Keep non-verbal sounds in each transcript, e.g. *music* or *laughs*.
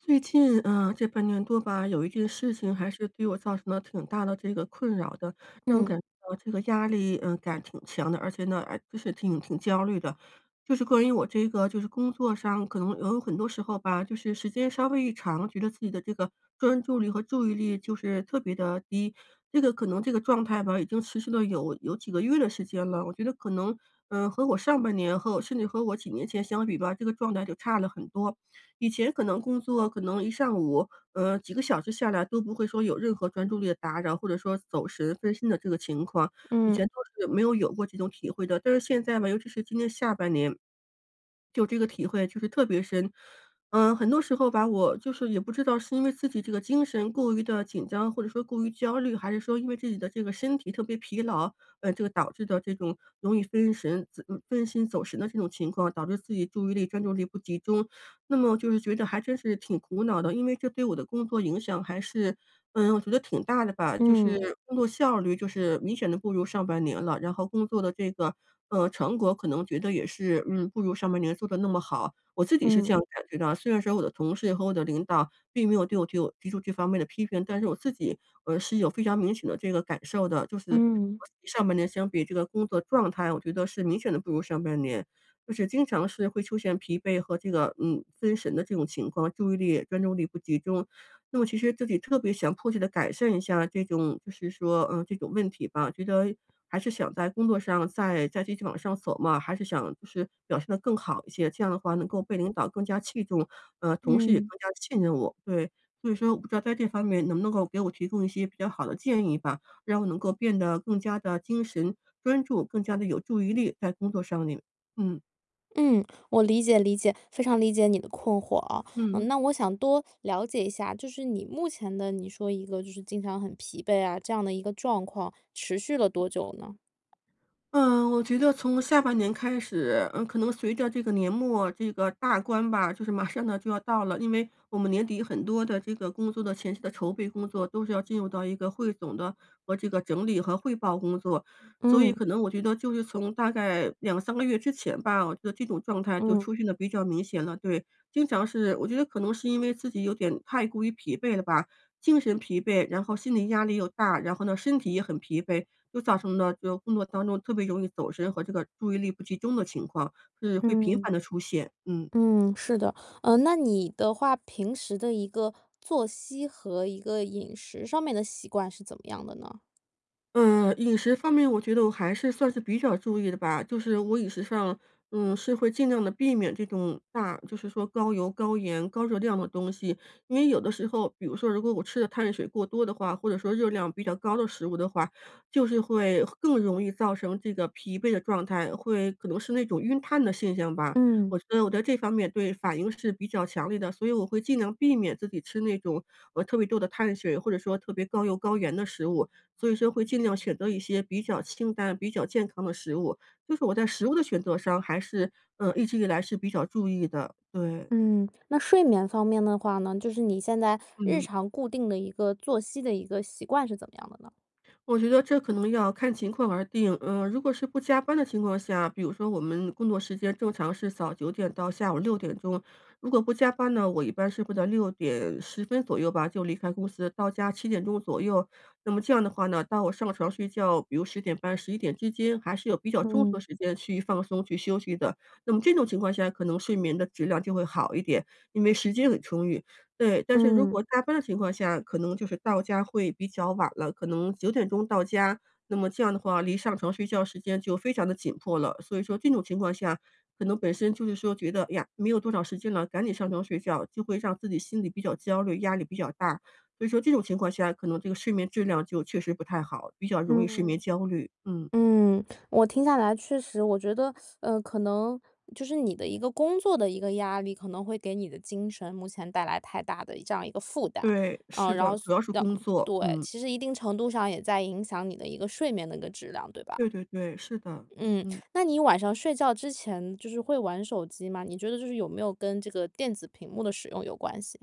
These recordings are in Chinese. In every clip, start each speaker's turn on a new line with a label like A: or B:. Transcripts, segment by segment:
A: 最近，这半年多吧，有一件事情还是对我造成了挺大的这个困扰的，让我
B: 嗯
A: 感觉到这个压力，感挺强的，而且呢，哎，就是挺焦虑的。就是关于我这个，就是工作上，可能有很多时候吧，就是时间稍微一长，觉得自己的这个专注力和注意力就是特别的低。这个可能这个状态吧，已经持续了有几个月的时间了。我觉得可能，和我上半年和我甚至和我几年前相比吧，这个状态就差了很多。以前可能工作可能一上午，几个小时下来都不会说有任何专注力的打扰，或者说走神分心的这个情况，以
B: 嗯
A: 前都是没有过这种体会的。但是现在嘛，尤其是今年下半年，就这个体会就是特别深。很多时候吧，我就是也不知道是因为自己这个精神过于的紧张，或者说过于焦虑，还是说因为自己的这个身体特别疲劳，这个导致的这种容易分神、分心走神的这种情况，导致自己注意力、专注力不集中，那么就是觉得还真是挺苦恼的，因为这对我的工作影响还是，我觉得挺大的吧。就
B: 嗯
A: 是工作效率就是明显的不如上半年了，然后工作的这个，成果可能觉得也是，不如上半年做的那么好。我自己是
B: 嗯
A: 这样感觉的，虽然说我的同事和我的领导并没有对我提出这方面的批评，但是我自己，是有非常明显的这个感受的，就是
B: 嗯
A: 我自己上半年相比这个工作状态，我觉得是明显的不如上半年。就是经常是会出现疲惫和这个，分神的这种情况，注意力、专注力不集中。那么其实自己特别想迫切的改善一下这种就是说，这种问题吧，觉得还是想在工作上再继续往上走嘛，还是想就是表现的更好一些，这样的话能够被领导更加器重，同事也
B: 嗯
A: 更加信任我，对。所以说我不知道在这方面能不能够给我提供一些比较好的建议吧，让我能够变得更加的精神专注，更加的有注意力在工作上面，嗯。
B: 嗯，我理解理解，非常理解你的困惑啊。
A: 嗯，
B: 嗯，那我想多了解一下，就是你目前的，你说一个就是经常很疲惫啊，这样的一个状况持续了多久呢？
A: 嗯，我觉得从下半年开始，可能随着这个年末这个大关吧，就是马上呢就要到了，因为我们年底很多的这个工作的前期的筹备工作都是要进入到一个汇总的和这个整理和汇报工作，所以
B: 嗯
A: 可能我觉得就是从大概两三个月之前吧，我觉得这种状态就
B: 嗯
A: 出现的比较明显了。对，经常是我觉得可能是因为自己有点太过于疲惫了吧，精神疲惫，然后心理压力又大，然后呢身体也很疲惫。就造成了就工作当中特别容易走神和这个注意力不集中的情况，是会频
B: 嗯
A: 繁的出现，嗯。
B: 嗯，是的。嗯，那你的话，平时的一个作息和一个饮食上面的习惯是怎么样的呢？
A: 嗯，饮食方面我觉得我还是算是比较注意的吧，就是我饮食上，是会尽量的避免这种大就是说高油、高盐、高热量的东西。因为有的时候，比如说如果我吃的碳水过多的话，或者说热量比较高的食物的话，就是会更容易造成这个疲惫的状态，会可能是那种晕碳的现象吧。
B: 嗯。
A: 我觉得我在这方面对反应是比较强烈的，所以我会尽量避免自己吃那种，特别多的碳水，或者说特别高油、高盐的食物。所以说会尽量选择一些比较清淡、比较健康的食物，就是我在食物的选择上还是，一直以来是比较注意的，对。
B: 嗯，那睡眠方面的话呢，就是你现在日
A: 嗯。
B: 常固定的一个作息的一个习惯是怎么样的呢？
A: 我觉得这可能要看情况而定。嗯，如果是不加班的情况下，比如说我们工作时间正常是早九点到下午6点钟，如果不加班呢，我一般是会在6点10分左右吧，就离开公司，到家7点钟左右。那么这样的话呢，到我上床睡觉，比如10点半、11点之间，还是有比较充足
B: 嗯
A: 的时间去放松、去休息的。那么这种情况下，可能睡眠的质量就会好一点，因为时间很充裕。对，但是如
B: 嗯
A: 果加班的情况下，可能就是到家会比较晚了，可能9点钟到家，那么这样的话，离上床睡觉时间就非常的紧迫了。所以说这种情况下，可能本身就是说觉得，哎呀，没有多少时间了，赶紧上床睡觉，就会让自己心里比较焦虑，压力比较大。所以说这种情况下，可能这个睡眠质量就确实不太好，比较容易睡眠
B: 嗯
A: 焦虑。嗯，
B: 嗯，我听下来确实，我觉得，可能就是你的一个工作的一个压力，可能会给你的精神目前带来太大的这样一个负担，
A: 对，
B: 嗯、
A: 是
B: 然后，
A: 的，主要是
B: 让
A: 工作，
B: 对，
A: 嗯，
B: 其实一定程度上也在影响你的一个睡眠的一个质量，对吧？
A: 对对对，是的，
B: 嗯，
A: 嗯。
B: 那你晚上睡觉之前就是会玩手机吗？你觉得就是有没有跟这个电子屏幕的使用有关系？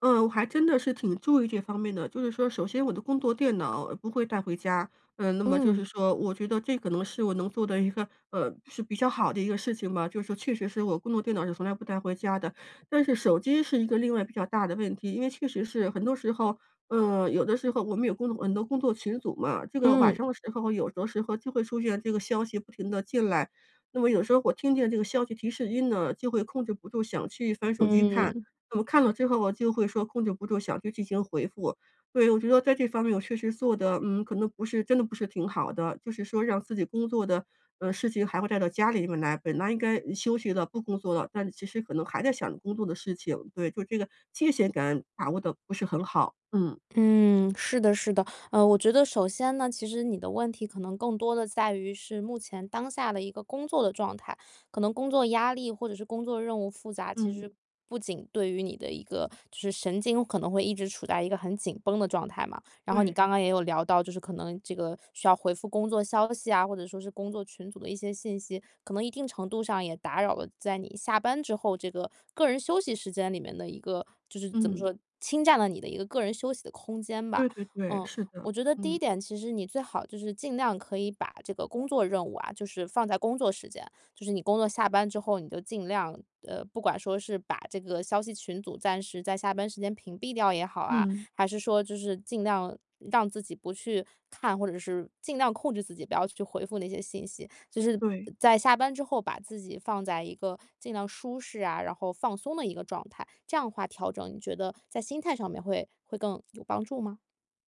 A: 嗯，我还真的是挺注意这方面的。就是说，首先我的工作电脑不会带回家，那么就是
B: 嗯
A: 说，我觉得这可能是我能做的一个，是比较好的一个事情吧。就是说，确实是我工作电脑是从来不带回家的，但是手机是一个另外比较大的问题，因为确实是很多时候，有的时候我们有很多工作群组嘛，这个晚
B: 嗯
A: 上的时候，有的时候就会出现这个消息不停的进来，那么有时候我听见这个消息提示音呢，就会控制不住想去翻手机看。
B: 嗯
A: 我看了之后我就会说控制不住想去进行回复。对，我觉得在这方面我确实做的，可能不是挺好的，就是说让自己工作的，事情还会带到家里面来，本来应该休息了，不工作了，但其实可能还在想着工作的事情。对，就这个界限感把握的不是很好。嗯，
B: 嗯，是的，是的，我觉得首先呢，其实你的问题可能更多的在于是目前当下的一个工作的状态，可能工作压力或者是工作任务复杂，其
A: 嗯，
B: 实不仅对于你的一个就是神经可能会一直处在一个很紧绷的状态嘛，然后你
A: 对，
B: 刚刚也有聊到，就是可能这个需要回复工作消息啊，或者说是工作群组的一些信息，可能一定程度上也打扰了在你下班之后这个个人休息时间里面的一个，就是怎么
A: 嗯，
B: 说，侵占了你的一个个人休息的空间吧。
A: 对对对，
B: 嗯，
A: 是的，
B: 我觉得第一
A: 嗯，
B: 点，其实你最好就是尽量可以把这个工作任务啊，就是放在工作时间，就是你工作下班之后，你就尽量不管说是把这个消息群组暂时在下班时间屏蔽掉也好啊，
A: 嗯，
B: 还是说就是尽量让自己不去看，或者是尽量控制自己不要去回复那些信息，就是
A: 对。
B: 在下班之后把自己放在一个尽量舒适啊，然后放松的一个状态，这样的话调整，你觉得在心态上面会更有帮助吗？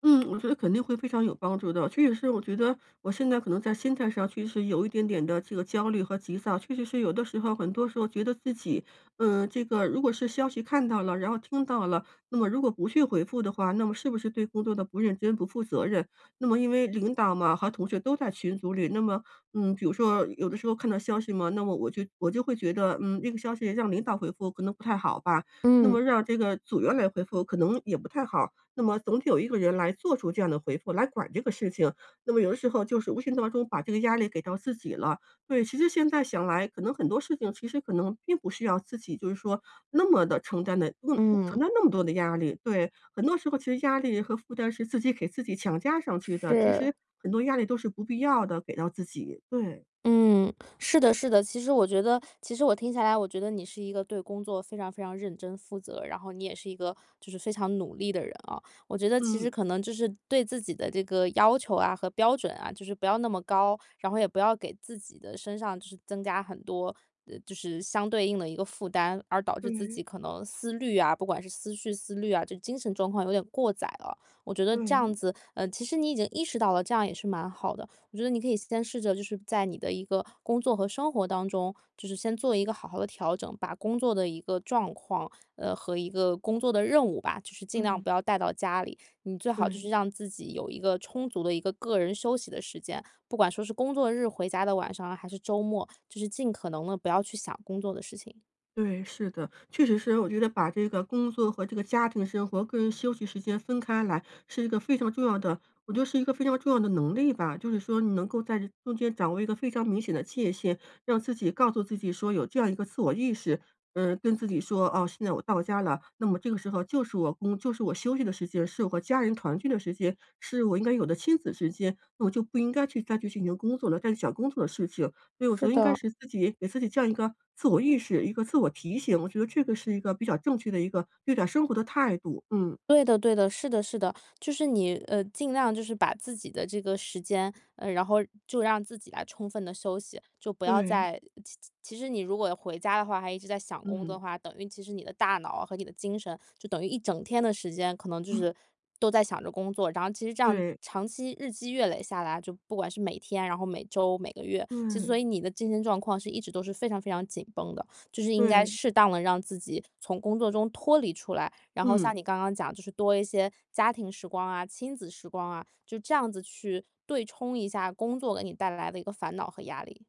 A: 嗯，我觉得肯定会非常有帮助的。确实是我觉得我现在可能在心态上确实有一点点的这个焦虑和急躁，确实是有的时候，很多时候觉得自己，这个如果是消息看到了，然后听到了，那么如果不去回复的话，那么是不是对工作的不认真、不负责任？那么因为领导嘛和同事都在群组里，那么，比如说有的时候看到消息嘛，那么我就会觉得，这个消息让领导回复可能不太好吧，那
B: 嗯
A: 么让这个组员来回复可能也不太好。那么总得有一个人来做出这样的回复，来管这个事情。那么有的时候就是无形当中把这个压力给到自己了。对，其实现在想来，可能很多事情其实可能并不需要自己就是说那么的承
B: 嗯，
A: 担那么多的压力。对，很多时候其实压力和负担是自己给自己强加上去的，其
B: 是。
A: 实很多压力都是不必要的，给到自己。对，
B: 嗯，是的，是的。其实我觉得，其实我听下来，我觉得你是一个对工作非常非常认真负责，然后你也是一个就是非常努力的人啊。我觉得其
A: 嗯，
B: 实可能就是对自己的这个要求啊和标准啊，就是不要那么高，然后也不要给自己的身上就是增加很多，就是相对应的一个负担，而导致自己
A: 对，
B: 可能思虑啊，不管是思绪思虑啊，就精神状况有点过载了。我觉得这
A: 对，
B: 样子，其实你已经意识到了，这样也是蛮好的。我觉得你可以先试着就是在你的一个工作和生活当中，就是先做一个好好的调整，把工作的一个状况，和一个工作的任务吧，就是尽量
A: 嗯，
B: 不要带到家里。你最好就
A: 对。
B: 是让自己有一个充足的一个个人休息的时间，不管说是工作日回家的晚上啊还是周末，就是尽可能的不要去想工作的事情。
A: 对，是的，确实是，我觉得把这个工作和这个家庭生活、个人休息时间分开来，是一个非常重要的，我觉得是一个非常重要的能力吧。就是说，你能够在这中间掌握一个非常明显的界限，让自己告诉自己说有这样一个自我意识，嗯、跟自己说，哦，现在我到家了，那么这个时候就是我工，就是我休息的时间，是我和家人团聚的时间，是我应该有的亲子时间，那我就不应该去再去进行工作了，再去想工作的事情。对，我觉
B: 是
A: 得应该
B: 的，
A: 是自己给自己这样一个自我意识，一个自我提醒，我觉得这个是一个比较正确的一个对待生活的态度。嗯，
B: 对的对的，是的是的，就是你，尽量就是把自己的这个时间，然后就让自己来充分的休息，就不要
A: 对，
B: 再其其实你如果回家的话，还一直在想工作
A: 嗯，
B: 的话，等于其实你的大脑啊和你的精神，就等于一整天的时间，可能就
A: *laughs* 嗯
B: 是都在想着工作。然后其实这样
A: 对，
B: 长期日积月累下来，就不管是每天，然后每周、每个月，其实所
A: 对，
B: 以你的精神状况是一直都是非常非常紧绷的。就是应该
A: 对，
B: 适当的让自己从工作中脱离出来，然后
A: 嗯。
B: 像你刚刚讲，就是多一些家庭时光啊、亲子时光啊，就这样子去对冲一下工作给你带来的一个烦恼和压力。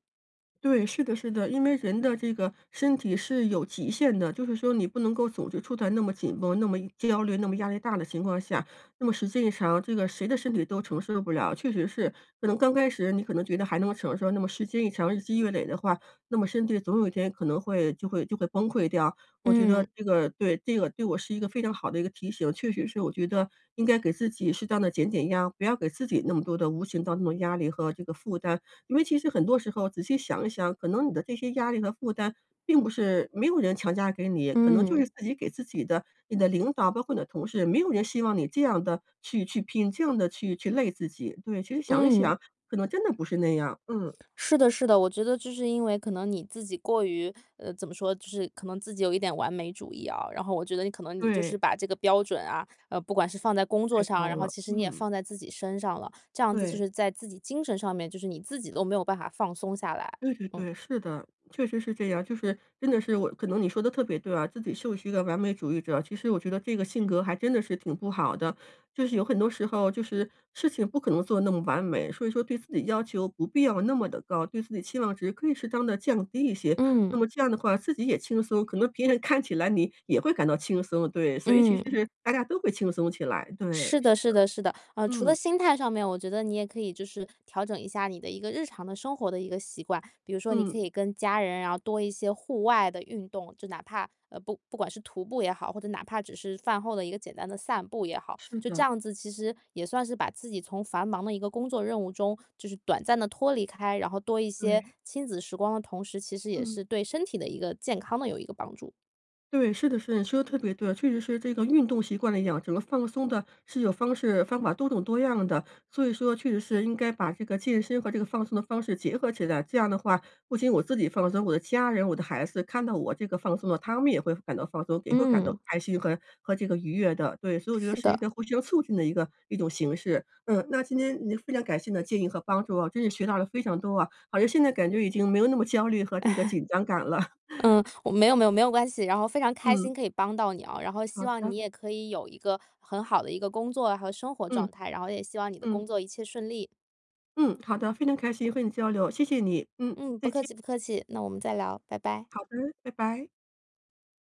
A: 对，是的，是的，因为人的这个身体是有极限的，就是说你不能够总是处在那么紧绷、那么焦虑、那么压力大的情况下，那么时间一长，这个谁的身体都承受不了。确实是，可能刚开始你可能觉得还能承受，那么时间一长，日积月累的话，那么身体总有一天可能会就会崩溃掉。我觉得
B: 嗯
A: 这个对我是一个非常好的一个提醒，确实是，我觉得应该给自己适当的减减压，不要给自己那么多的无形当中的压力和这个负担。因为其实很多时候仔细想一想，可能你的这些压力和负担并不是没有人强加给你，可能就是
B: 嗯
A: 自己给自己的。你的领导，包括你的同事，没有人希望你这样的去拼，这样的去累自己。对，其实想一
B: 嗯。
A: 想，可能真的不是那样。嗯，
B: 是的，是的，我觉得就是因为可能你自己过于，怎么说，就是可能自己有一点完美主义啊。然后我觉得你可能你就是
A: 对，
B: 把这个标准啊，不管是放在工作
A: 太
B: 上，
A: 高
B: 然后
A: 了，
B: 其实你也
A: 嗯，
B: 放在自己身上了，这样子就
A: 对。
B: 是在自己精神上面，就是你自己都没有办法放松下来。
A: 对对
B: 嗯。
A: 对，是的，确实是这样。就是真的是我可能你说的特别对啊，自己就是一个完美主义者。其实我觉得这个性格还真的是挺不好的，就是有很多时候就是事情不可能做得那么完美，所以说对自己要求不必要那么的高，对自己期望值可以适当的降低一些。那
B: 嗯，
A: 么这样的话，自己也轻松，可能别人 *laughs* 看起来你也会感到轻松，对，所以其实
B: 嗯。
A: 是大家都会轻松起来，对，
B: 是
A: 是
B: 的，是的，是的，除了
A: 嗯
B: 心态上面，我觉得你也可以就是调整一下你的一个日常的生活的一个习惯，比如说你
A: 嗯，
B: 可以跟家人，然后多一些户外的运动，就哪怕呃不不管是徒步也好，或者哪怕只是饭后的一个简单的散步也好，
A: 是
B: 就这
A: 的，
B: 样子其实也算是把自己从繁忙的一个工作任务中就是短暂的脱离开，然后多一些
A: 对，
B: 亲子时光的同时，其实也
A: 嗯。
B: 是对身体的一个健康的有一个帮助。
A: 对，是的，是的，你说的特别对，确实是这个运动习惯的养成和放松的是有方式方法多种多样的，所以说确实是应该把这个健身和这个放松的方式结合起来。这样的话，不仅我自己放松，我的家人、我的孩子看到我这个放松了，他们也会感到放松，也会感到
B: 嗯，
A: 开心和这个愉悦的。对，所以我觉得
B: 是
A: 是一
B: 的，
A: 个互相促进的一种形式。嗯，那今天你非常感谢你的建议和帮助啊，真是学到了非常多啊，好像现在感觉已经没有那么焦虑和这个紧张感了。*laughs*
B: 嗯，我没有关系，然后非常开心
A: 嗯，
B: 可以帮到你啊，然后希
A: 好
B: 望你
A: 的，
B: 也可以有一个很好的一个工作和生活状
A: 嗯
B: 态，然后也希望你的
A: 嗯。
B: 工作一切顺利。
A: 嗯，好的，非常开心和你交流，谢谢你。嗯，
B: 嗯，不客气，那我们再聊，拜拜。
A: 好的，拜拜。